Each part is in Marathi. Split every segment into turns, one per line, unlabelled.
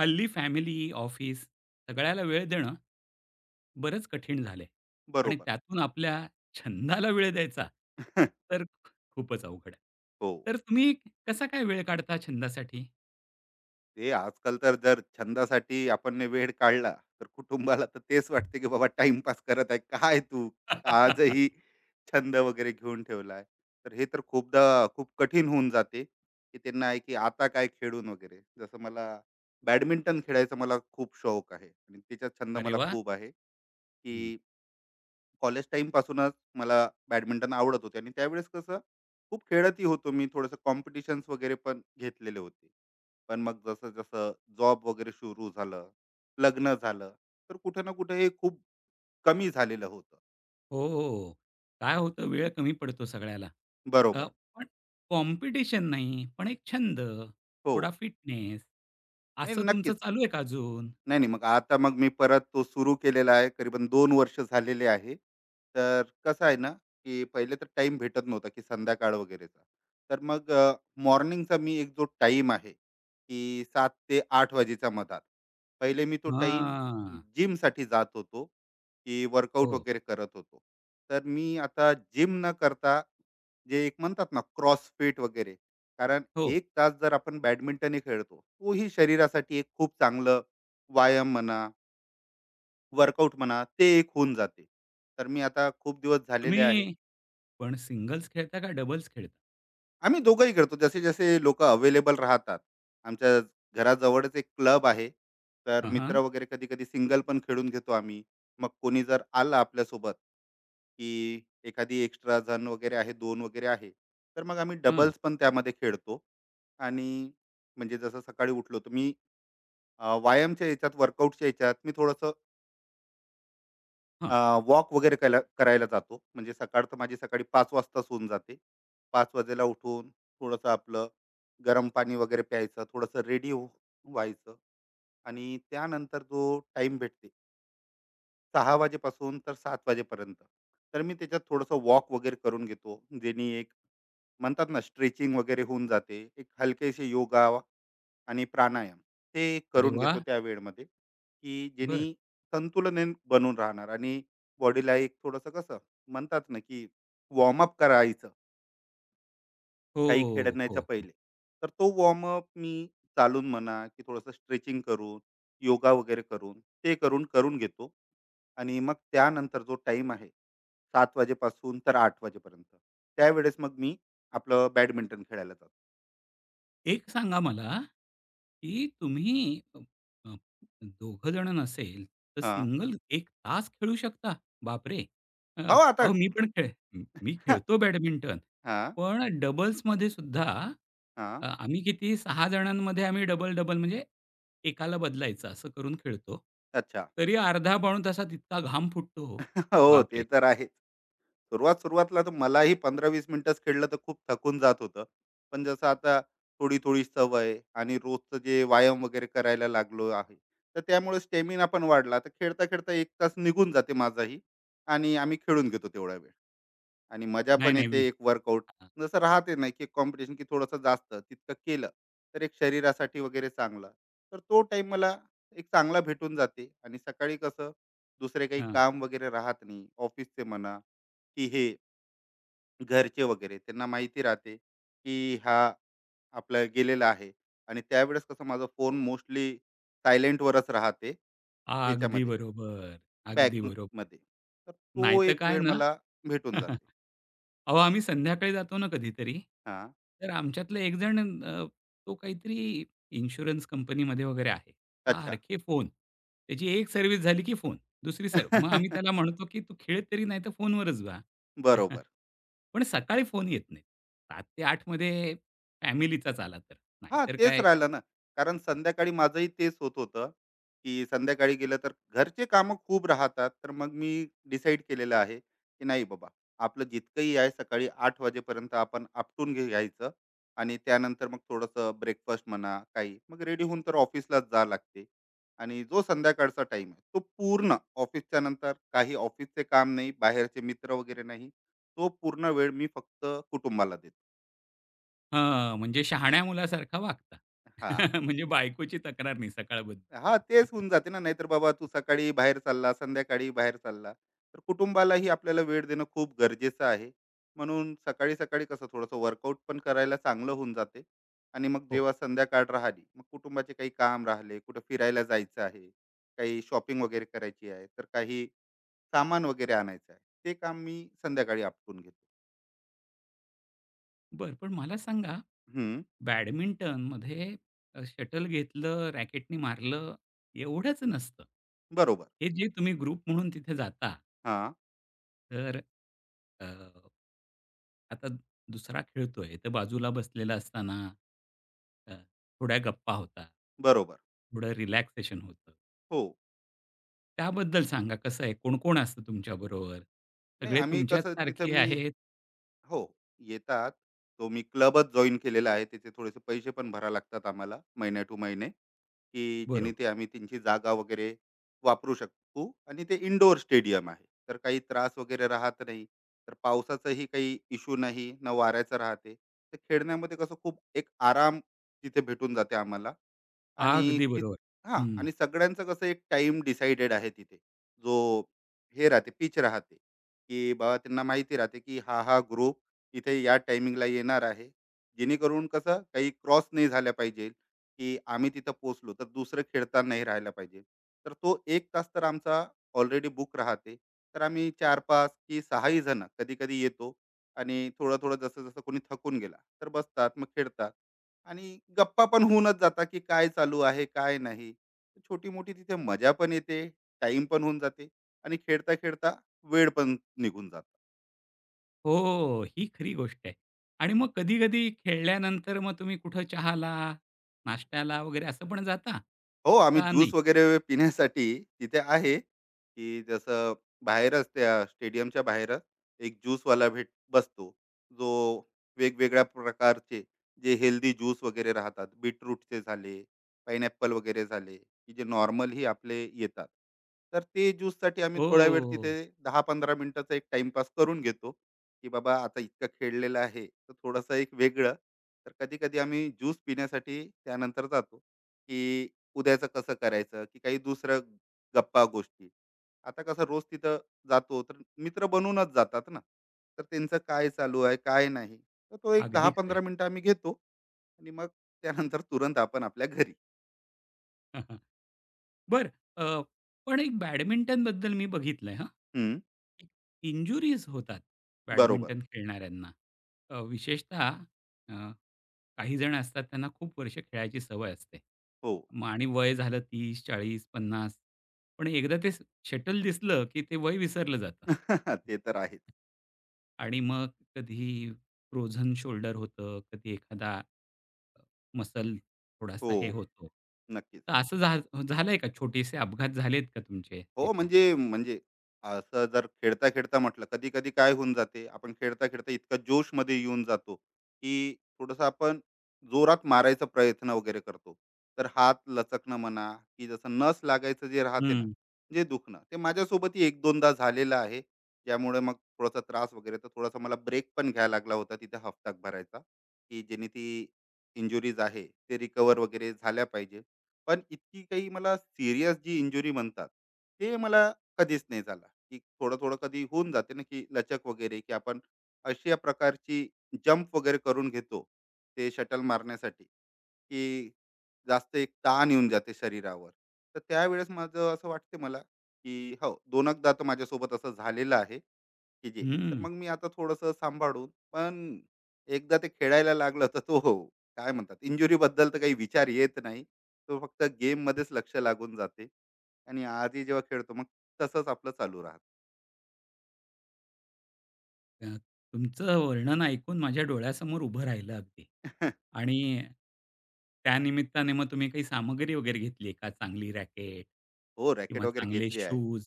हल्ली फॅमिली, ऑफिस सगळ्याला वेळ देणं बरंच कठीण झालंय आणि
बरोबर.
त्यातून आपल्या छंदाला वेळ द्यायचा, तर खूपच अवघड आहे.
हो.
तर तुम्ही कसा काय वेळ काढता छंदासाठी?
ते आजकाल तर जर छंदासाठी आपण ने वेळ काढला, तर कुटुंबाला तर तेच वाटते, की बाबा टाईमपास करत आहे. काय तू आजही छंद वगैरे घेऊन ठेवला आहे. तर हे तर खूपदा खूप कठीण होऊन जाते, की त्यांना आहे, की आता काय खेळून वगैरे. जसं मला बॅडमिंटन खेळायचा मला खूप शौक आहे आणि त्याचा छंद
अरे
मला
वा,
खूप आहे,
हं.
की कॉलेज टाइम पासूनच मला बॅडमिंटन आवडत होते आणि त्यावेळेस कसं खूप खेळतही होतो. मी थोडंसं कॉम्पिटिशन्स वगैरे पण घेतलेले होते. पण मग जसं जसं जॉब वगैरे सुरू झालं, लग्न झालं, तर कुठं ना कुठं हे खूप कमी झालेलं होतं.
हो, हो. काय होतं, वेळ कमी पडतो सगळ्याला. अ,
बरोबर.
पण कॉम्पिटिशन नाही, पण एक छंद,
हो,
थोडा फिटनेस
नाही,
असं तुमचं
नक्कीच
चालू आहे का अजून?
नाही, नाही. मग आता मी परत तो सुरू केलेला आहे. करीबन दोन वर्ष झालेले आहे. तर कसं आहे ना, की पहिले तर टाइम भेटत नव्हता, की संध्याकाळ वगैरेचा. तर मग मॉर्निंगचा मी एक जो टाइम आहे, की 7 ते 8 वाजेच्या मधात. पहिले मी तो टाईम
हां.
जिमसाठी जात होतो, की वर्कआउट
हो,
वगैरे करत होतो. तर मी आता जिम न करता, जे एक म्हणतात ना CrossFit वगैरे. कारण
हो.
1 तास जर आपण बॅडमिंटनही खेळतो, तोही शरीरासाठी एक खूप चांगलं व्यायाम म्हणा, वर्कआउट म्हणा, ते एक होऊन जाते. तर मी आता खूप दिवस झालेले आहे.
तुम्ही पण सिंगल्स खेळता का डबल्स खेळता?
आम्ही दोघंही करतो. जसे-जसे लोकं अवेलेबल राहतात. आमच्या घराजवळच एक क्लब आहे. तर
हां, हां.
मित्र वगैरे कधी-कधी सिंगल पण खेळून घेतो आम्ही. मग कोणी जर आलं आपल्यासोबत, की एखादी एक्स्ट्रा जण वगैरे आहे, 2 वगैरे आहे, तर मग आम्ही
हां,
डबल्स पण त्यामध्ये खेळतो. आणि म्हणजे जसं सकाळी उठलो, तर मी व्यायामच्या ह्याच्यात, वर्कआउटच्या ह्याच्यात मी थोडंसं वॉक वगैरे करायला करायला जातो. म्हणजे सकाळ तर माझी सकाळी पाच वाजताच होऊन जाते. पाच वाजेला उठून थोडंसं आपलं गरम पाणी वगैरे प्यायचं, थोडंसं रेडी व्हायचं, आणि त्यानंतर जो टाइम भेटते सहा वाजेपासून तर सात वाजेपर्यंत, तर मी त्याच्यात थोडंसं वॉक वगैरे करून घेतो, जेणे एक म्हणतात ना स्ट्रेचिंग वगैरे होऊन जाते, एक हलकेसे योगा आणि प्राणायाम ते
अरे
करून घेतो
वाह!
त्या वेळेमध्ये, की ज्यांनी
बरं.
संतुलन हे बनून राहणार, आणि बॉडीला एक थोडंसं कसं म्हणतात ना, की वॉर्मअप करायचं
हो,
काही
हो,
खेळण्याच्या
हो.
पहिले. तर तो वॉर्मअप मी चालून म्हणा, की थोडंसं स्ट्रेचिंग करून, योगा वगैरे करून ते करून करून घेतो. आणि मग त्यानंतर जो टाईम आहे सात वाजेपासून तर आठ वाजेपर्यंत, त्यावेळेस मग मी आपलं बॅडमिंटन खेळायला जातो.
एक सांगा मला, की तुम्ही अ, अ, दोघं जण नसेल, तर
हां.
सिंगल एक तास खेळू शकता? बापरे!
हो, आता
अहो
रु-
मी खेळतो बॅडमिंटन,
हां.
पण डबल्समध्ये सुद्धा.
हां.
आम्ही किती सहा जणांमध्ये आम्ही डबल-डबल म्हणजे एकाला बदलायचं असं करून खेळतो.
अच्छा.
तरी अर्धा-पाऊण तासात इतका घाम फुटतो.
हो, ते
बापरे!
तर आहेच. सुरुवात-सुरुवातला तर मलाही 15-20 मिनिटंच खेळलं तर खूप थकून जात होतं. पण जसं आता थोडी-थोडी सवय आणि रोजचं जे व्यायाम वगैरे करायला लागलो आहे, तर त्यामुळे स्टॅमिना पण वाढला. तर खेळता-खेळता 1 तास निघून जाते माझाही, आणि आम्ही खेळून घेतो तेवढा वेळ. आणि मजा
नाही,
पण
नाही.
येते. एक वर्कआउट
हां,
जसं राहते, नाही की एक कॉम्पिटिशन, की थोडंसं जास्त तितकं केलं तर एक शरीरासाठी वगैरे चांगलं. तर तो टाइम मला एक चांगला भेटून जाते. आणि सकाळी कसं दुसरे काही
हां.
काम वगैरे राहत नाही, ऑफिसचे म्हणा की हे घरचे वगैरे. त्यांना माहिती राहते की हा आपला गेलेला आहे, आणि त्यावेळेस कसं माझा फोन मोस्टली सायलेंटवरच राहते
अगदी
याच्यामध्ये,
बरोबर, अगदी बरोबर.
बॅकमध्ये. तर तो
नाहीतर
एक
काय
वेळ
ना.
मला भेटून जाते.
अहो, आम्ही संध्याकाळी जातो ना कधीतरी,
हां.
तर आमच्यातला एक जण, तो काहीतरी इन्शुरन्स कंपनीमध्ये वगैरे आहे.
अच्छा.
सारखे फोन. त्याची एक सर्व्हिस झाली की फोन, दुसरी सर्व, मग आम्ही त्याला म्हणतो की "तू खेळत तरी नाही तर फोनवरच बघ."
बरोबर.
पण सकाळी फोन येत नाहीत. 7 ते 8 मध्ये फॅमिलीचाच आला तर,
हां,
नाहीतर
तेच
काय.
राहिलं ना. कारण संध्याकाळी माझंही तेच होत होतं, की संध्याकाळी गेलं तर घरचे कामं खूप राहतात. तर मग मी डिसाईड केलेलं आहे, की नाही बाबा, आपलं जितकंही आहे सकाळी आठ वाजेपर्यंत आपण आपटून घ्यायचं, आणि त्यानंतर मग थोडंसं ब्रेकफास्ट म्हणा, काही. मग रेडी होऊन तर ऑफिसलाच जावं लागते. आणि जो संध्याकाळचा टाईम आहे, तो पूर्ण ऑफिसच्या नंतर काही ऑफिसचे काम नाही, बाहेरचे मित्र वगैरे नाही. तो पूर्ण वेळ मी फक्त कुटुंबाला देतो.
हां, म्हणजे शहाण्या मुलासारखा वागता.
हां.
म्हणजे बायकोची तक्रार नाही सकाळबद्दल.
हा, तेच होऊन जाते ना. नाहीतर बाबा तू सकाळी बाहेर चालला, संध्याकाळी बाहेर चालला, तर कुटुंबालाही आपल्याला वेळ देणं खूप गरजेचं आहे. म्हणून सकाळी सकाळी कसं थोडंसं वर्कआउट पण करायला चांगलं होऊन जाते. आणि मग
हो.
जेव्हा संध्याकाळ राहिली, मग कुटुंबाचे काही काम राहिले, कुठं फिरायला जायचं आहे, काही शॉपिंग वगैरे करायची आहे, तर काही सामान वगैरे आणायचं आहे, ते काम मी संध्याकाळी आपटून घेतो.
बरं, पण मला सांगा,
हम्म,
बॅडमिंटनमध्ये शटल घेतलं, रॅकेटनी मारलं, एवढंच नसतं.
बरोबर.
हे जे तुम्ही ग्रुप म्हणून तिथे जाता,
हां.
तर अ, आता दुसरा खेळतोय, तर बाजूला बसलेला असताना अ, थोड्या गप्पा होतात,
बरोबर.
थोडं रिलॅक्सेशन होतं.
हो.
त्याबद्दल सांगा, कसं आहे? कोण-कोण असतं तुमच्याबरोबर?
नाही,
सगळे
आम्ही
तुमच्याच
कसं तिथं
सारखे
मी,
आहेत?
हो, येतात. तो मी क्लबच जॉइन केलेला आहे. त्याचे थोडेसे पैसे पण भरा लागतात आम्हाला महिन्या टू महिने, की जेणे
बरोबर.
ते आम्ही त्यांची जागा वगैरे वापरू शकू, आणि ते इंडोर स्टेडियम आहे. तर काही त्रास वगैरे राहत नाही. तर पावसाचाही काही इश्यू नाही, ना वाऱ्याचं राहते. तर खेळण्यामध्ये कसं खूप एक आराम तिथे भेटून जाते आम्हाला. आणि
अगदी
ती,
बरोबर.
हां,
हं.
आणि सगळ्यांचं कसं एक टाईम डिसाइडेड आहे तिथे. जो हे राहते, पिच राहते, की बाबा त्यांना माहिती राहते की हा हा ग्रुप इथे या टायमिंगला येणार आहे, जेणेकरून कसं काही क्रॉस नाही झाल्या पाहिजे, की आम्ही तिथं पोचलो तर दुसरं खेळता नाही राहायला पाहिजे. तर तो एक तास तर आमचा ऑलरेडी बुक राहते. तर आम्ही चार पाच की सहाही जण कधी कधी येतो, आणि थोडं थोडं जसं जसं कोणी थकून गेला तर बसतात, मग खेळतात. आणि गप्पा पण होऊनच जातात, की काय चालू आहे काय नाही, छोटी मोठी. तिथे मजा पण येते, टाइम पण होऊन जाते, आणि खेळता खेळता वेळ पण निघून जात.
हो, ही खरी गोष्ट आहे. आणि मग कधी-कधी खेळल्यानंतर मग तुम्ही कुठं चहाला, नाश्त्याला वगैरे असं पण जाता?
हो, आम्ही
का नाही?
ज्यूस वगैरे पिण्यासाठी तिथे आहे, की जसं बाहेरच, त्या स्टेडियमच्या बाहेरच एक ज्यूसवाला भेट बसतो, जो वेगवेगळ्या प्रकारचे जे हेल्दी ज्यूस वगैरे राहतात, बीटरूटचे झाले, पाईनएपल वगैरे झाले, की जे नॉर्मलही आपले येतात. तर ते ज्यूससाठी आम्ही थोडा वेळ तिथे
हो,
10-15 मिनिटाचा एक टाईमपास करून घेतो, की बाबा आता इतकं खेळलेलं आहे, तर थोडंसं एक वेगळं. तर कधी-कधी आम्ही ज्यूस पिण्यासाठी त्यानंतर जातो, की उद्याचं कसं करायचं, की काही दुसरं गप्पा गोष्टी. आता कसं रोज तिथं जातो तर मित्र बनूनच जातात ना. तर त्यांचं काय चालू आहे काय नाही, तर तो एक दहा
अगदी खरं आहे.
पंधरा मिनिटं आम्ही घेतो. आणि मग त्यानंतर तुरंत आपण आपल्या घरी.
बरं. अ, पण एक बॅडमिंटनबद्दल मी बघितलंय, हां.
हम्म,
इंजुरीज होतात
बरोबर.
बॅडमिंटन खेळणाऱ्यांना. विशेषतः अ, काही जण असतात, त्यांना खूप वर्ष खेळायची सवय असते.
हो.
मग आणि वय झालं 30, 40, 50, पण एकदा ते शटल दिसलं, की ते वय विसरलं जातं.
ते तर आहेच.
आणि मग कधी फ्रोझन शोल्डर होतं, कधी एखादा मसल
हो,
थोडासा हे होतो.
नक्कीच.
तर असं झालंय का? छोटेसे अपघात झालेत का तुमचे
हो,
तिथे?
म्हणजे म्हणजे असं जर खेळता-खेळता म्हटलं, कधी-कधी काय होऊन जाते, आपण खेळता-खेळता इतका जोशमध्ये येऊन जातो, की थोडंसं आपण जोरात मारायचा प्रयत्न वगैरे करतो. तर हात लचकणं म्हणा, की जसं नस लागायचं जे राहते ना,
हं.
जे दुखणं, ते माझ्यासोबतही 1-2दा झालेलं आहे. त्यामुळे मग थोडासा त्रास वगैरे, तर थोडासा मला ब्रेक पण घ्यायला लागला होता तिथे हफ्ता भरायचा, की जेणे ती इंज्युरीज आहे, ते रिकव्हर वगैरे झाल्या पाहिजे. पण इतकी काही मला सीरियस जी इंज्युरी म्हणतात, ते मला कधीच नाही झालं. की थोडं कधी होऊन जाते ना, की लचक वगैरे, की आपण अशा प्रकारची जंप वगैरे करून घेतो, ते शटल मारण्यासाठी, की जास्त एक ताण येऊन जाते शरीरावर. तर त्यावेळेस माझं असं वाटते मला, की हो, 2एकदा तर माझ्यासोबत असं झालेलं आहे, की जे, तर
हं.
मग मी आता थोडंसं सांभाळून पण, एकदा ते खेळायला लागलं तर तो, हो, काय म्हणतात, इंजुरीबद्दल तर काही विचार येत नाही. तो फक्त गेममध्येच लक्ष लागून जाते. आणि आधी जेव्हा खेळतो, मग तसंच आपलं चालू राहत.
अ, तुमचं वर्णन ऐकून माझ्या डोळ्यासमोर उभं राहिलं अगदी. आणि त्यानिमित्ताने मग तुम्ही काही सामग्री वगैरे घेतली का? चांगली रॅकेट
हो, रॅकेट
किंवा
वगैरे
चांगले
घेतली आहे.
शूज.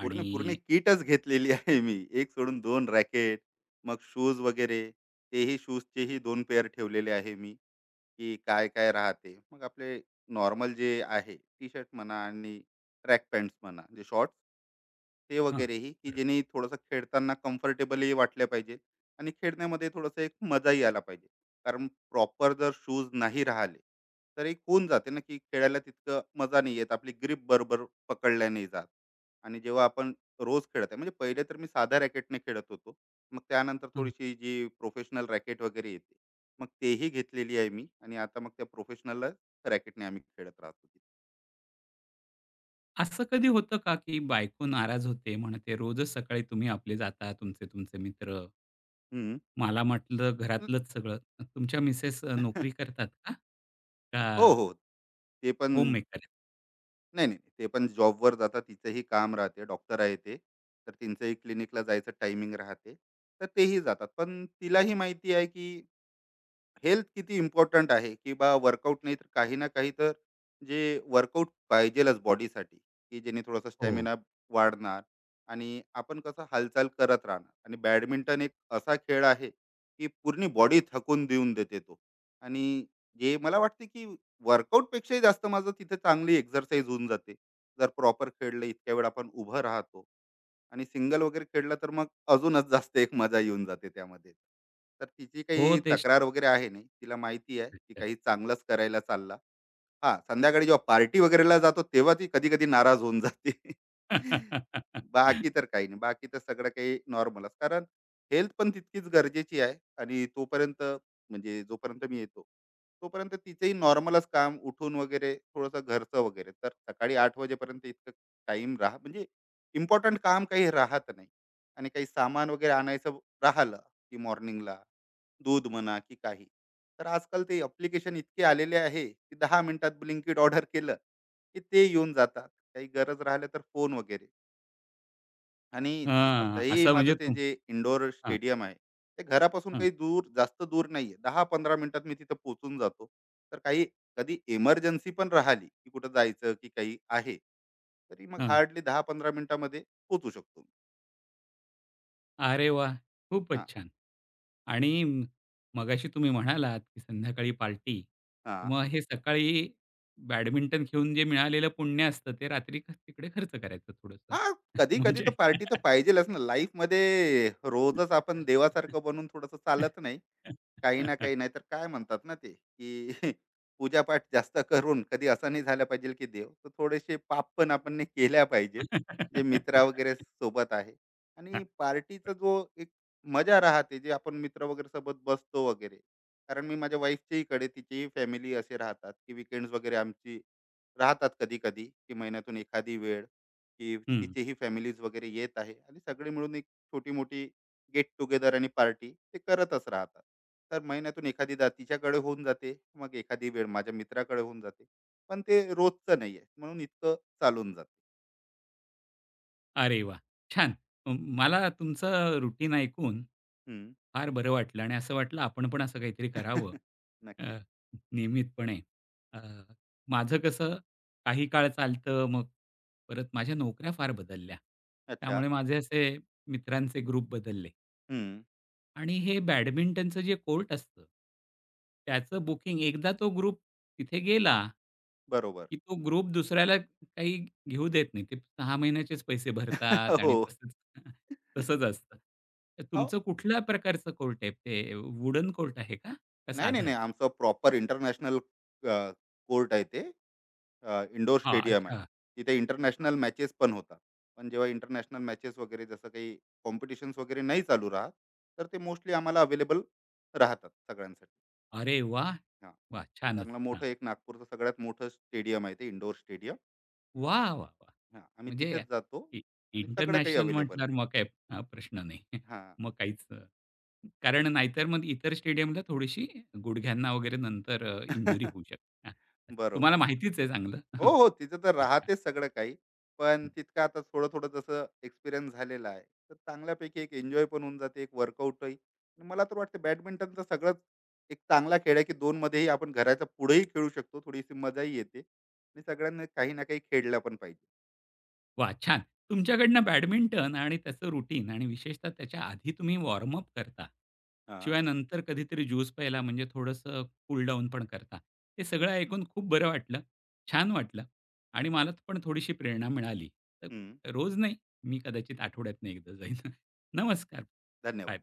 पूर्ण
आणि
पूर्ण किटच घेतलेली आहे मी. एक सोडून दोन रॅकेट, मग शूज वगैरे. तेही शूजचेही दोन पेअर ठेवलेले आहे मी, की काय-काय राहते. मग आपले नॉर्मल जे आहे, टी-शर्ट म्हणा आणि ट्रॅक पॅन्ट्स म्हणा, जे शॉर्ट्स, ते
हं,
वगैरेही, की
तर
जेणे थोडंसं खेळताना कम्फर्टेबलही वाटले पाहिजे, आणि खेळण्यामध्ये थोडंसं एक मजाही आला पाहिजे. कारण प्रॉपर जर शूज नाही राहिले, तर एक होऊन जाते ना, की खेळायला तितकं मजा नाही येत. आपली ग्रिप बरोबर पकडल्या नाही जात. आणि जेव्हा आपण रोज खेळत आहे, म्हणजे पहिले तर मी साध्या रॅकेटने खेळत होतो. मग त्यानंतर
हं.
थोडीशी जी प्रोफेशनल रॅकेट वगैरे येते, मग तेही घेतलेली आहे मी. आणि आता मग त्या प्रोफेशनल रॅकेटने आम्ही खेळत राहतो.
असं कधी होतं का, की बायको नाराज होते, म्हणते, "रोजच सकाळी तुम्ही आपले जाता तुमचे, तुमचे मित्र."
हं.
मला म्हटलं घरातलंच सगळं. तुमच्या मिसेस नोकरी करतात का? का
हो, हो. ते पण,
होममेकर आहेत?
नाही, नाही. ते पण जॉबवर जातात. तिचंही काम राहते. डॉक्टर आहे ते. तर त्यांचंही क्लिनिकला जायचं टायमिंग राहते. तर तेही जातात. पण तिलाही माहिती आहे की हेल्थ किती इम्पॉर्टंट आहे, की बा, वर्कआउट नाही तर काही ना काही तर जे वर्कआउट पाहिजेलच बॉडीसाठी, की जेणे थोडासा
हो.
स्टॅमिना वाढणार, आणि आपण कसं हालचाल करत राहणार. आणि बॅडमिंटन एक असा खेळ आहे की पूर्ण बॉडी थकून देऊन देते तो. आणि जे मला वाटते की workout पेक्षाही जास्त माझं तिथे चांगली एक्झरसाईज होऊन जाते. जर प्रॉपर खेळलं इतक्या वेळ आपण उभं राहतो, आणि सिंगल वगैरे खेळला तर मग अजूनच जास्त एक मजा येऊन जाते त्यामध्ये. तर तिची
हो,
काही
ते
तक्रार वगैरे आहे नाही. तिला माहिती आहे की
अच्छा.
काही चांगलंच करायला चालला. हां, संध्याकाळी जेव्हा पार्टी वगैरेला जातो तेव्हा ती कधी-कधी नाराज होऊन जाते. बाकी तर काही नाही. बाकी तर सगळं काही नॉर्मलच. कारण हेल्थ पण तितकीच गरजेची आहे. आणि तोपर्यंत, म्हणजे जोपर्यंत मी येतो, तोपर्यंत तिचंही नॉर्मलच काम उठून वगैरे थोडंसं घरचं वगैरे. तर सकाळी 8 वाजेपर्यंत इतकं टाईम राहा, म्हणजे इम्पोर्टंट काम काही राहत नाही. आणि काही सामान वगैरे आणायचं राहिलं, की मॉर्निंगला दूध म्हणा, की काही, तर आजकाल ते अप्लिकेशन इतके आलेले आहे, की 10 मिनिटात Blinkit ऑर्डर केलं, की ते येऊन जातात. काही गरज राहिली तर फोन वगैरे. आणि
हां,
असंही
असं
माझं
म्हणजे
ते जे इंडोर
हां,
स्टेडियम आहे, ते घरापासून
हां,
काही दूर जास्त दूर नाहीये. 10-15 मिनिटात मी तिथं पोहोचून जातो. तर काही कधी इमर्जन्सी पण राहिली, की कुठं जायचं, की काही आहे, तरी मग
हां.
हार्डली 10-15 मिनिटामध्ये पोहोचू शकतो.
अरे वाह!
हां,
खूपच छान. आणि मगाशी तुम्ही म्हणालात, की संध्याकाळी पार्टी.
हां.
मग हे सकाळी बॅडमिंटन खेळून जे मिळालेलं पुण्य असतं, ते रात्री तिकडे खर्च करायचं थोडंसं.
हां, कधी-कधी
म्हणजे
तर पार्टी तर पाहिजेलच ना. लाईफमध्ये रोजच आपण देवासारखं बनून थोडंसं चालत नाही. काही ना काही, नाहीतर काय म्हणतात ना ते की पूजापाठ जास्त करून कधी असं नाही झालं पाहिजे की देव, तर थोडेसे पाप पण आपण ने केल्या पाहिजे जे मित्र वगैरे सोबत आहे.
हां.
आणि पार्टीचा जो एक मजा राहते जे आपण मित्र वगैरे सोबत बसतो वगैरे, कारण मी माझ्या वाईफच्याही कडे तिचीही फॅमिली असे राहतात की विकेंड्स वगैरे आमची राहतात कधी कधी, की महिन्यातून एखादी वेळ की
हं.
तिचीही फॅमिलीज वगैरे येत आहे, आणि सगळे मिळून एक छोटी मोठी गेट टुगेदर आणि पार्टी ते करतच राहतात. तर महिन्यातून एखादी दा तिच्याकडे होऊन जाते, मग एखादी वेळ माझ्या मित्राकडे होऊन जाते. पण ते रोजचं नाही आहे म्हणून इतकं चालून जाते.
अरे वाह! छान. मला तुमचं रुटीन ऐकून
हम्म.
फार बरं वाटलं, आणि असं वाटलं आपण पण असं काहीतरी करावं, अ,
नक्कीच.
नियमितपणे. अ, माझं कसं काही काळ चालतं, मग परत माझ्या नोकऱ्या फार बदलल्या.
अच्छा.
त्यामुळे माझे असे मित्रांचे ग्रुप बदलले
हम्म.
आणि हे बॅडमिंटनचं जे कोर्ट असतं, त्याचं बुकिंग एकदा तो ग्रुप तिथे गेला,
बरोबर.
की तो ग्रुप दुसऱ्याला काही घेऊ देत नाही. ते 6 महिन्याचेच पैसे भरतात आणि
हो.
तसंच. तसंच असतं. तर
हो,
तुमचं कुठल्या प्रकारचं कोर्ट आहे? ते वुडन कोर्ट आहे का? का
नाही
साधं
नाही
आहे?
नाही आमचं प्रॉपर इंटरनॅशनल कोर्ट आहे. ते इंडोर
हां,
स्टेडियम
अच्छा.
आहे. तिथे
हां.
इंटरनॅशनल मॅचेस पण होतात. पण जेव्हा इंटरनॅशनल मॅचेस वगैरे, जसं काही कॉम्पिटिशन्स वगैरे नाही चालू राहत, तर ते मोस्टली आम्हाला अवेलेबल राहतात सगळ्यांसाठी.
अरे वाह!
हां.
वाह! छानच.
चांगलं
हां.
मोठं, एक नागपूरचं सगळ्यात मोठं स्टेडियम आहे ते, इंडोर स्टेडियम.
वाह, वाह, वाह!
हां, आम्ही
म्हणजे
तिथेच जातो.
इ
आणि सगळं काही
इंटरनॅशनल
अवेलेबल आहे.
म्हटल्यावर मग काय, हा प्रश्न नाही.
हां.
मग काहीच, कारण नाहीतर मग इतर स्टेडियमला थोडीशी गुडघ्यांना वगैरे नंतर इंजुरी होऊ शकते. हां,
बरोबर.
तुम्हाला माहितीच आहे चांगलं.
हो, हो. तिथं तर
हां, हां.
राहतेच सगळं काही. पण तितकं आता थोडं-थोडं जसं एक्सपिरियन्स झालेला आहे. तर चांगल्यापैकी एक एन्जॉय पण होऊन जाते, एक वर्कआउटही. मला तर वाटतं बॅडमिंटनचा सगळंच एक चांगला खेळ आहे, की 2 मध्येही आपण घराच्या पुढेही खेळू शकतो. थोडीशी मजाही येते, आणि सगळ्यांना काही ना काही खेळलं पण पाहिजे.
वाह! छान. तुमच्याकडनं बॅडमिंटन आणि त्याचं रुटीन आणि विशेषतः त्याच्या आधी तुम्ही वॉर्म अप करता.
हां.
शिवाय नंतर कधीतरी ज्यूस प्यायला म्हणजे थोडंसं कूल डाउन पण करता. हे सगळं ऐकून खूप बरं वाटलं. छान वाटलं आणि मला पण थोडीशी प्रेरणा मिळाली.
हं.
तर रोज नाही, मी कदाचित आठवड्यातनं एकदा जाईन. नमस्कार. बाय.
धन्यवाद.